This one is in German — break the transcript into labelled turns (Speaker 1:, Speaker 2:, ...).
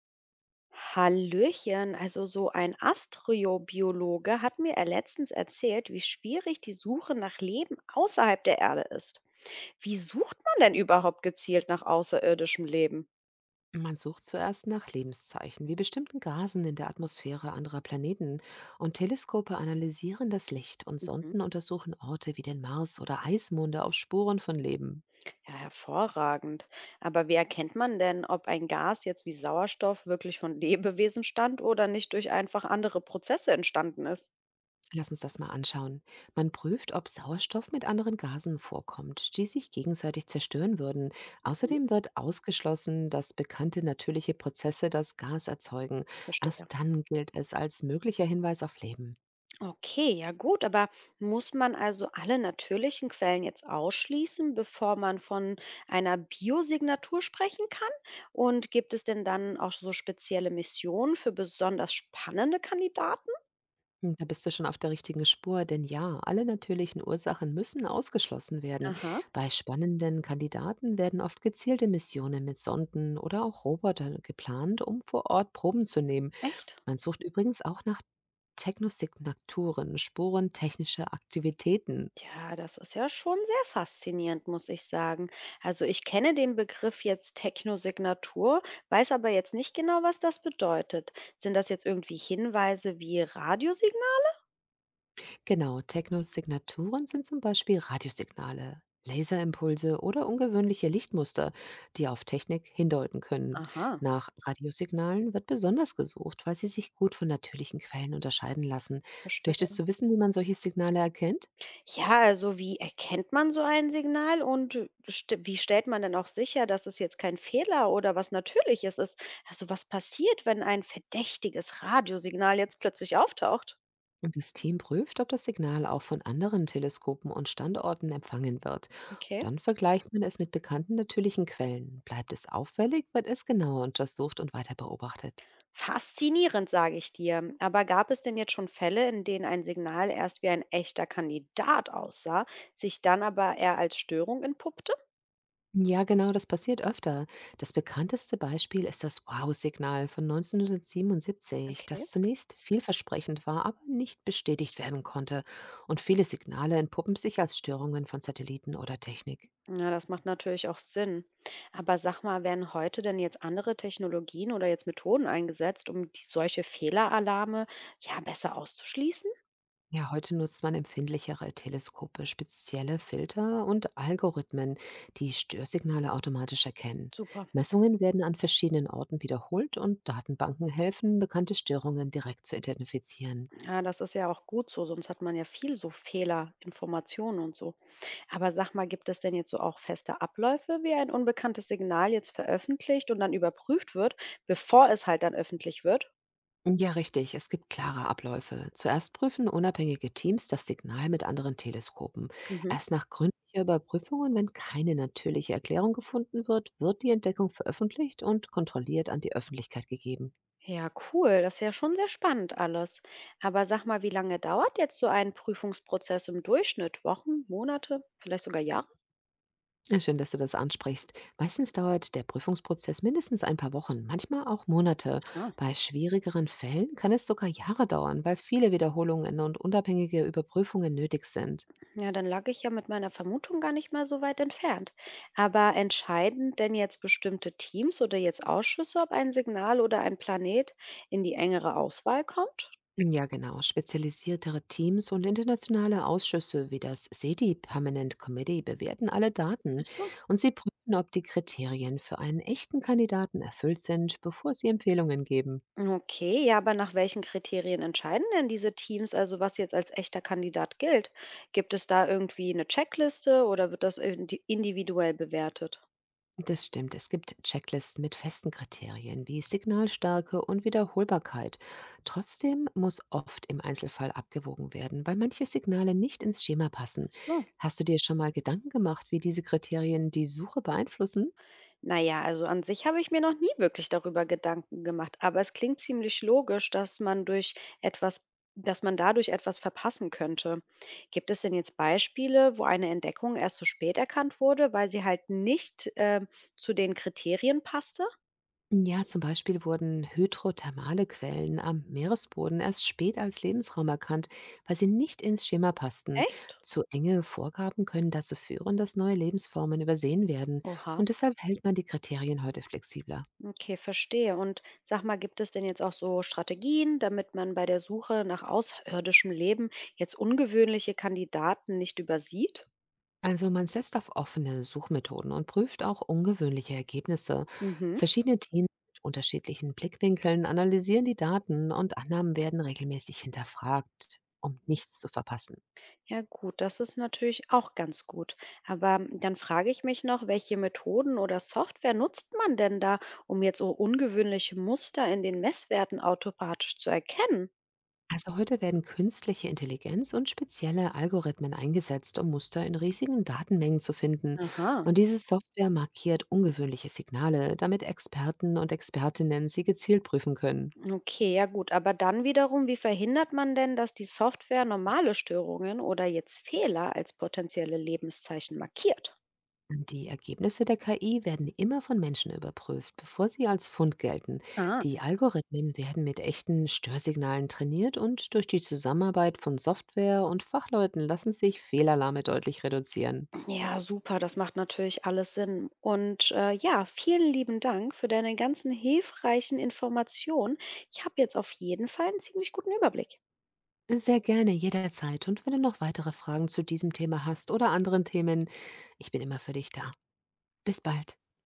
Speaker 1: Hallöchen, also so ein Astrobiologe hat mir er letztens erzählt, wie schwierig die Suche nach Leben außerhalb der Erde ist. Wie sucht man denn überhaupt gezielt nach außerirdischem Leben?
Speaker 2: Man sucht zuerst nach Lebenszeichen, wie bestimmten Gasen in der Atmosphäre anderer Planeten. Und Teleskope analysieren das Licht und
Speaker 1: Mhm.
Speaker 2: Sonden untersuchen Orte wie den Mars oder Eismonde auf Spuren von Leben.
Speaker 1: Ja, hervorragend. Aber wie erkennt man denn, ob ein Gas jetzt wie Sauerstoff wirklich von Lebewesen stammt oder nicht durch einfach andere Prozesse entstanden ist?
Speaker 2: Lass uns das mal anschauen. Man prüft, ob Sauerstoff mit anderen Gasen vorkommt, die sich gegenseitig zerstören würden.
Speaker 1: Mhm.
Speaker 2: Außerdem wird ausgeschlossen, dass bekannte natürliche Prozesse das Gas erzeugen.
Speaker 1: Verstehe.
Speaker 2: Erst dann gilt es als möglicher Hinweis auf Leben.
Speaker 1: Okay, ja gut, aber muss man also alle natürlichen Quellen jetzt ausschließen, bevor man von einer Biosignatur sprechen kann? Und gibt es denn dann auch so spezielle Missionen für besonders spannende Kandidaten?
Speaker 2: Da bist du schon auf der richtigen Spur, denn ja, alle natürlichen Ursachen müssen ausgeschlossen werden.
Speaker 1: Aha,
Speaker 2: Bei spannenden Kandidaten werden oft gezielte Missionen mit Sonden oder auch Robotern geplant, um vor Ort Proben zu nehmen.
Speaker 1: echt?
Speaker 2: Man sucht übrigens auch nach Technosignaturen, Spuren technischer Aktivitäten.
Speaker 1: Ja, das ist ja schon sehr faszinierend, muss ich sagen. Also ich kenne den Begriff jetzt Technosignatur, weiß aber jetzt nicht genau, was das bedeutet. Sind das jetzt irgendwie Hinweise wie Radiosignal?
Speaker 2: Genau, Technosignaturen sind zum Beispiel Radiosignale, Laserimpulse oder ungewöhnliche Lichtmuster, die auf Technik hindeuten können.
Speaker 1: Aha,
Speaker 2: Nach Radiosignalen wird besonders gesucht, weil sie sich gut von natürlichen Quellen unterscheiden lassen.
Speaker 1: verstehe.
Speaker 2: Möchtest du wissen, wie man solche Signale erkennt?
Speaker 1: Ja, also wie erkennt man so ein Signal und st wie stellt man denn auch sicher, dass es jetzt kein Fehler oder was Natürliches ist? Also was passiert, wenn ein verdächtiges Radiosignal jetzt plötzlich auftaucht?
Speaker 2: Das Team prüft, ob das Signal auch von anderen Teleskopen und Standorten empfangen wird.
Speaker 1: Okay.
Speaker 2: Dann vergleicht man es mit bekannten natürlichen Quellen. Bleibt es auffällig, wird es genauer untersucht und weiter beobachtet.
Speaker 1: Faszinierend, sage ich dir. Aber gab es denn jetzt schon Fälle, in denen ein Signal erst wie ein echter Kandidat aussah, sich dann aber eher als Störung entpuppte?
Speaker 2: Ja, genau, das passiert öfter. Das bekannteste Beispiel ist das Wow-Signal von 1977,
Speaker 1: Okay.
Speaker 2: das zunächst vielversprechend war, aber nicht bestätigt werden konnte. Und viele Signale entpuppen sich als Störungen von Satelliten oder Technik.
Speaker 1: Ja, das macht natürlich auch Sinn. Aber sag mal, werden heute denn jetzt andere Technologien oder jetzt Methoden eingesetzt, um solche Fehleralarme ja besser auszuschließen?
Speaker 2: Ja, heute nutzt man empfindlichere Teleskope, spezielle Filter und Algorithmen, die Störsignale automatisch erkennen.
Speaker 1: Super.
Speaker 2: Messungen werden an verschiedenen Orten wiederholt und Datenbanken helfen, bekannte Störungen direkt zu identifizieren.
Speaker 1: Ja, das ist ja auch gut so, sonst hat man ja viel so Fehlerinformationen und so. Aber sag mal, gibt es denn jetzt so auch feste Abläufe, wie ein unbekanntes Signal jetzt veröffentlicht und dann überprüft wird, bevor es halt dann öffentlich wird?
Speaker 2: Ja, richtig. Es gibt klare Abläufe. Zuerst prüfen unabhängige Teams das Signal mit anderen Teleskopen.
Speaker 1: Mhm.
Speaker 2: Erst nach gründlicher Überprüfung und wenn keine natürliche Erklärung gefunden wird, wird die Entdeckung veröffentlicht und kontrolliert an die Öffentlichkeit gegeben.
Speaker 1: Ja, cool. Das ist ja schon sehr spannend alles. Aber sag mal, wie lange dauert jetzt so ein Prüfungsprozess im Durchschnitt? Wochen, Monate, vielleicht sogar Jahre?
Speaker 2: Ja, schön, dass du das ansprichst. Meistens dauert der Prüfungsprozess mindestens ein paar Wochen, manchmal auch Monate.
Speaker 1: Ah.
Speaker 2: Bei schwierigeren Fällen kann es sogar Jahre dauern, weil viele Wiederholungen und unabhängige Überprüfungen nötig sind.
Speaker 1: Ja, dann lag ich ja mit meiner Vermutung gar nicht mal so weit entfernt. Aber entscheiden denn jetzt bestimmte Teams oder jetzt Ausschüsse, ob ein Signal oder ein Planet in die engere Auswahl kommt?
Speaker 2: Ja, genau. Spezialisiertere Teams und internationale Ausschüsse wie das SEDI Permanent Committee bewerten alle Daten und sie prüfen, ob die Kriterien für einen echten Kandidaten erfüllt sind, bevor sie Empfehlungen geben.
Speaker 1: Okay, ja, aber nach welchen Kriterien entscheiden denn diese Teams, also was jetzt als echter Kandidat gilt? Gibt es da irgendwie eine Checkliste oder wird das individuell bewertet?
Speaker 2: Das stimmt, es gibt Checklisten mit festen Kriterien wie Signalstärke und Wiederholbarkeit. Trotzdem muss oft im Einzelfall abgewogen werden, weil manche Signale nicht ins Schema passen.
Speaker 1: Ach so.
Speaker 2: Hast du dir schon mal Gedanken gemacht, wie diese Kriterien die Suche beeinflussen?
Speaker 1: Naja, also an sich habe ich mir noch nie wirklich darüber Gedanken gemacht, aber es klingt ziemlich logisch, dass man durch etwas, dass man dadurch etwas verpassen könnte. Gibt es denn jetzt Beispiele, wo eine Entdeckung erst so spät erkannt wurde, weil sie halt nicht zu den Kriterien passte?
Speaker 2: Ja, zum Beispiel wurden hydrothermale Quellen am Meeresboden erst spät als Lebensraum erkannt, weil sie nicht ins Schema passten.
Speaker 1: Echt?
Speaker 2: Zu enge Vorgaben können dazu führen, dass neue Lebensformen übersehen werden.
Speaker 1: Oha.
Speaker 2: Und deshalb hält man die Kriterien heute flexibler.
Speaker 1: Okay, verstehe. Und sag mal, gibt es denn jetzt auch so Strategien, damit man bei der Suche nach außerirdischem Leben jetzt ungewöhnliche Kandidaten nicht übersieht?
Speaker 2: Also man setzt auf offene Suchmethoden und prüft auch ungewöhnliche Ergebnisse.
Speaker 1: Mhm.
Speaker 2: Verschiedene Teams mit unterschiedlichen Blickwinkeln analysieren die Daten und Annahmen werden regelmäßig hinterfragt, um nichts zu verpassen.
Speaker 1: Ja gut, das ist natürlich auch ganz gut. Aber dann frage ich mich noch, welche Methoden oder Software nutzt man denn da, um jetzt so ungewöhnliche Muster in den Messwerten automatisch zu erkennen?
Speaker 2: Also heute werden künstliche Intelligenz und spezielle Algorithmen eingesetzt, um Muster in riesigen Datenmengen zu finden.
Speaker 1: Aha.
Speaker 2: Und diese Software markiert ungewöhnliche Signale, damit Experten und Expertinnen sie gezielt prüfen können.
Speaker 1: Okay, ja gut, aber dann wiederum, wie verhindert man denn, dass die Software normale Störungen oder jetzt Fehler als potenzielle Lebenszeichen markiert?
Speaker 2: Die Ergebnisse der KI werden immer von Menschen überprüft, bevor sie als Fund gelten.
Speaker 1: Ah.
Speaker 2: Die Algorithmen werden mit echten Störsignalen trainiert und durch die Zusammenarbeit von Software und Fachleuten lassen sich Fehlalarme deutlich reduzieren.
Speaker 1: Ja, super, das macht natürlich alles Sinn. Und ja, vielen lieben Dank für deine ganzen hilfreichen Informationen. Ich habe jetzt auf jeden Fall einen ziemlich guten Überblick.
Speaker 2: Sehr gerne, jederzeit. Und wenn du noch weitere Fragen zu diesem Thema hast oder anderen Themen, ich bin immer für dich da. Bis bald.